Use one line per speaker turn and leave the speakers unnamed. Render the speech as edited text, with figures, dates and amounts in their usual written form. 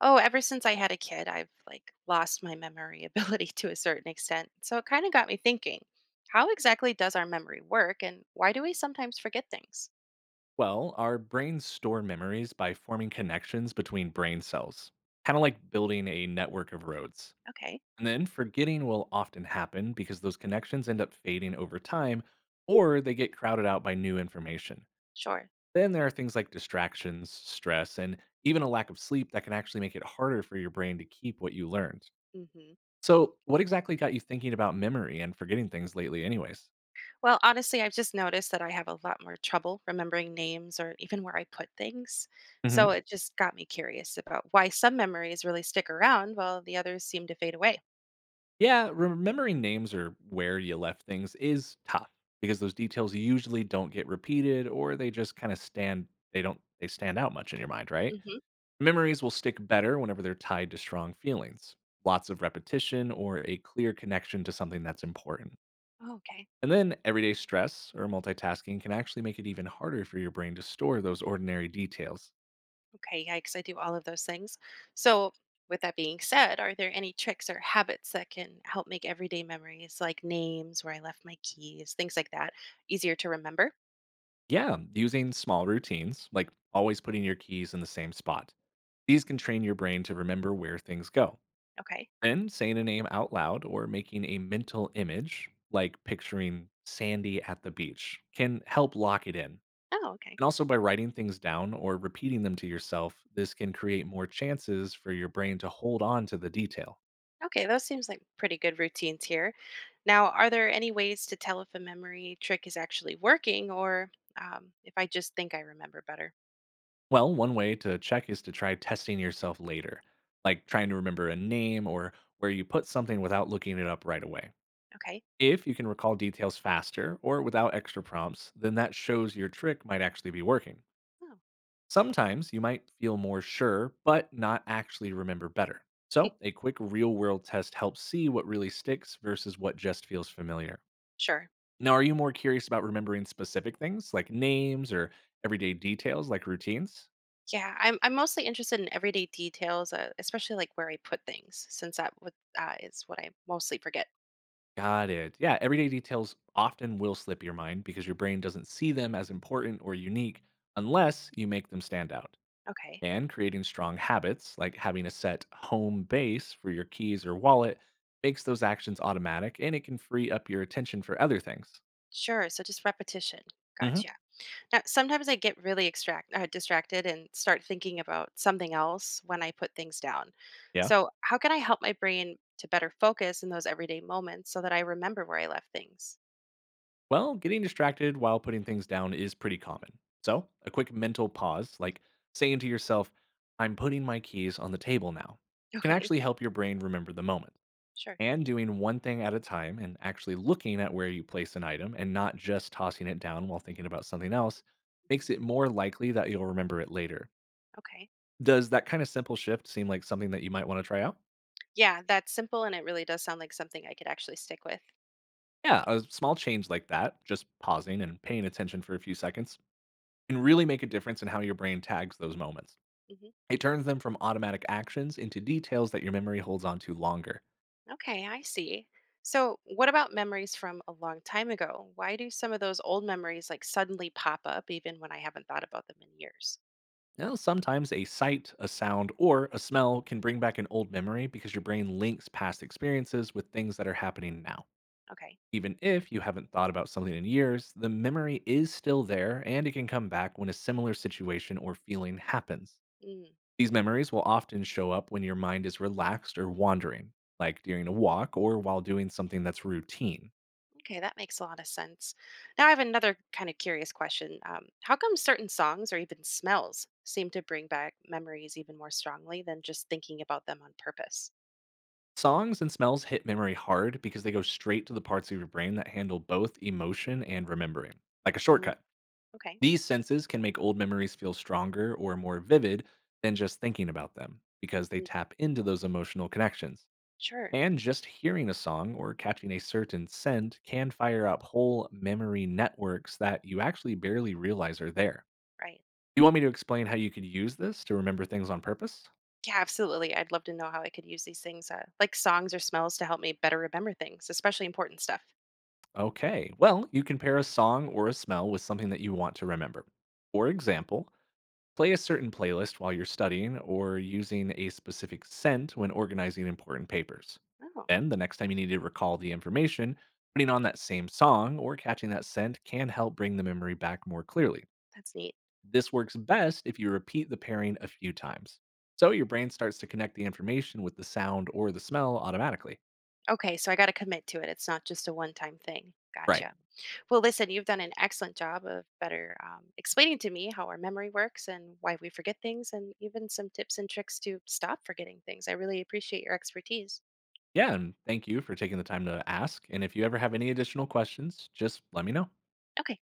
Oh, ever since I had a kid, I've like lost my memory ability to a certain extent. So it kind of got me thinking, how exactly does our memory work and why do we sometimes forget things?
Well, our brains store memories by forming connections between brain cells, kind of like building a network of roads.
Okay,
And then forgetting will often happen because those connections end up fading over time or they get crowded out by new information.
sure.
Then there are things like distractions, stress, and even a lack of sleep that can actually make it harder for your brain to keep what you learned.
Hmm.
So, what exactly got you thinking about memory and forgetting things lately, anyways?
Well, honestly, I've just noticed that I have a lot more trouble remembering names or even where I put things. So it just got me curious about why some memories really stick around while the others seem to fade away.
Yeah, remembering names or where you left things is tough because those details usually don't get repeated or they just kind of stand they don't they stand out much in your mind, right?
Hmm.
Memories will stick better whenever they're tied to strong feelings, lots of repetition or a clear connection to something that's important.
Oh, okay.
And then everyday stress or multitasking can actually make it even harder for your brain to store those ordinary details.
Okay, yeah, because I do all of those things. So, with that being said, are there any tricks or habits that can help make everyday memories, like names, where I left my keys, things like that, easier to remember?
Yeah, using small routines like always putting your keys in the same spot. These can train your brain to remember where things go.
Okay.
Then saying a name out loud or making a mental image, like picturing Sandy at the beach, can help lock it in.
Oh, okay.
And also by writing things down or repeating them to yourself, this can create more chances for your brain to hold on to the detail.
Okay, those seems like pretty good routines here. Now, are there any ways to tell if a memory trick is actually working or if I just think I remember better?
Well, one way to check is to try testing yourself later, like trying to remember a name or where you put something without looking it up right away.
Okay.
If you can recall details faster or without extra prompts, then that shows your trick might actually be working.
Oh,
Sometimes you might feel more sure, but not actually remember better. So, a quick real world test helps see what really sticks versus what just feels familiar.
sure.
Now, are you more curious about remembering specific things like names or everyday details like routines?
Yeah, I'm mostly interested in everyday details, especially like where I put things, since that would, is what I mostly forget.
Got it. Yeah, everyday details often will slip your mind because your brain doesn't see them as important or unique unless you make them stand out.
Okay.
And creating strong habits, like having a set home base for your keys or wallet, makes those actions automatic and it can free up your attention for other things.
Sure. So just repetition. Gotcha.
Hmm.
Now, sometimes I get really extract distracted and start thinking about something else when I put things down.
Yeah.
So how can I help my brain to better focus in those everyday moments so that I remember where I left things?
Well, getting distracted while putting things down is pretty common. So, a quick mental pause, like saying to yourself, I'm putting my keys on the table now, can
Okay.
actually help your brain remember the moment.
Sure.
And doing one thing at a time and actually looking at where you place an item and not just tossing it down while thinking about something else makes
Hmm.
it more likely that you'll remember it later.
Okay.
Does that kind of simple shift seem like something that you might want to try out?
Yeah, that's simple, and it really does sound like something I could actually stick with.
Yeah, a small change like that, just pausing and paying attention for a few seconds, can really make a difference in how your brain tags those moments.
Hmm.
It turns them from automatic actions into details that your memory holds on to longer.
Okay, I see. So, what about memories from a long time ago? Why do some of those old memories like suddenly pop up even when I haven't thought about them in years?
Now, sometimes a sight, a sound, or a smell can bring back an old memory because your brain links past experiences with things that are happening now.
Okay.
Even if you haven't thought about something in years, the memory is still there and it can come back when a similar situation or feeling happens.
Mm,
These memories will often show up when your mind is relaxed or wandering, like during a walk or while doing something that's routine.
okay, that makes a lot of sense. Now I have another kind of curious question. How come certain songs or even smells seem to bring back memories even more strongly than just thinking about them on purpose?
Songs and smells hit memory hard because they go straight to the parts of your brain that handle both emotion and remembering, like a
Mm,
shortcut.
okay.
These senses can make old memories feel stronger or more vivid than just thinking about them because they
Mm,
tap into those emotional connections.
sure.
And just hearing a song or catching a certain scent can fire up whole memory networks that you actually barely realize are there.
Right.
You want me to explain how you could use this to remember things on purpose?
Yeah, absolutely. I'd love to know how I could use these things, like songs or smells, to help me better remember things, especially important stuff.
Okay, well, you can pair a song or a smell with something that you want to remember. For example, play a certain playlist while you're studying or using a specific scent when organizing important papers.
Oh,
Then, the next time you need to recall the information, putting on that same song or catching that scent can help bring the memory back more clearly.
that's neat.
This works best if you repeat the pairing a few times. So your brain starts to connect the information with the sound or the smell automatically.
Okay, so I got to commit to it. It's not just a one time thing.
Right.
Gotcha. Well, listen, you've done an excellent job of better explaining to me how our memory works and why we forget things, and even some tips and tricks to stop forgetting things. I really appreciate your expertise.
Yeah, and thank you for taking the time to ask. And if you ever have any additional questions, just let me know.
Okay.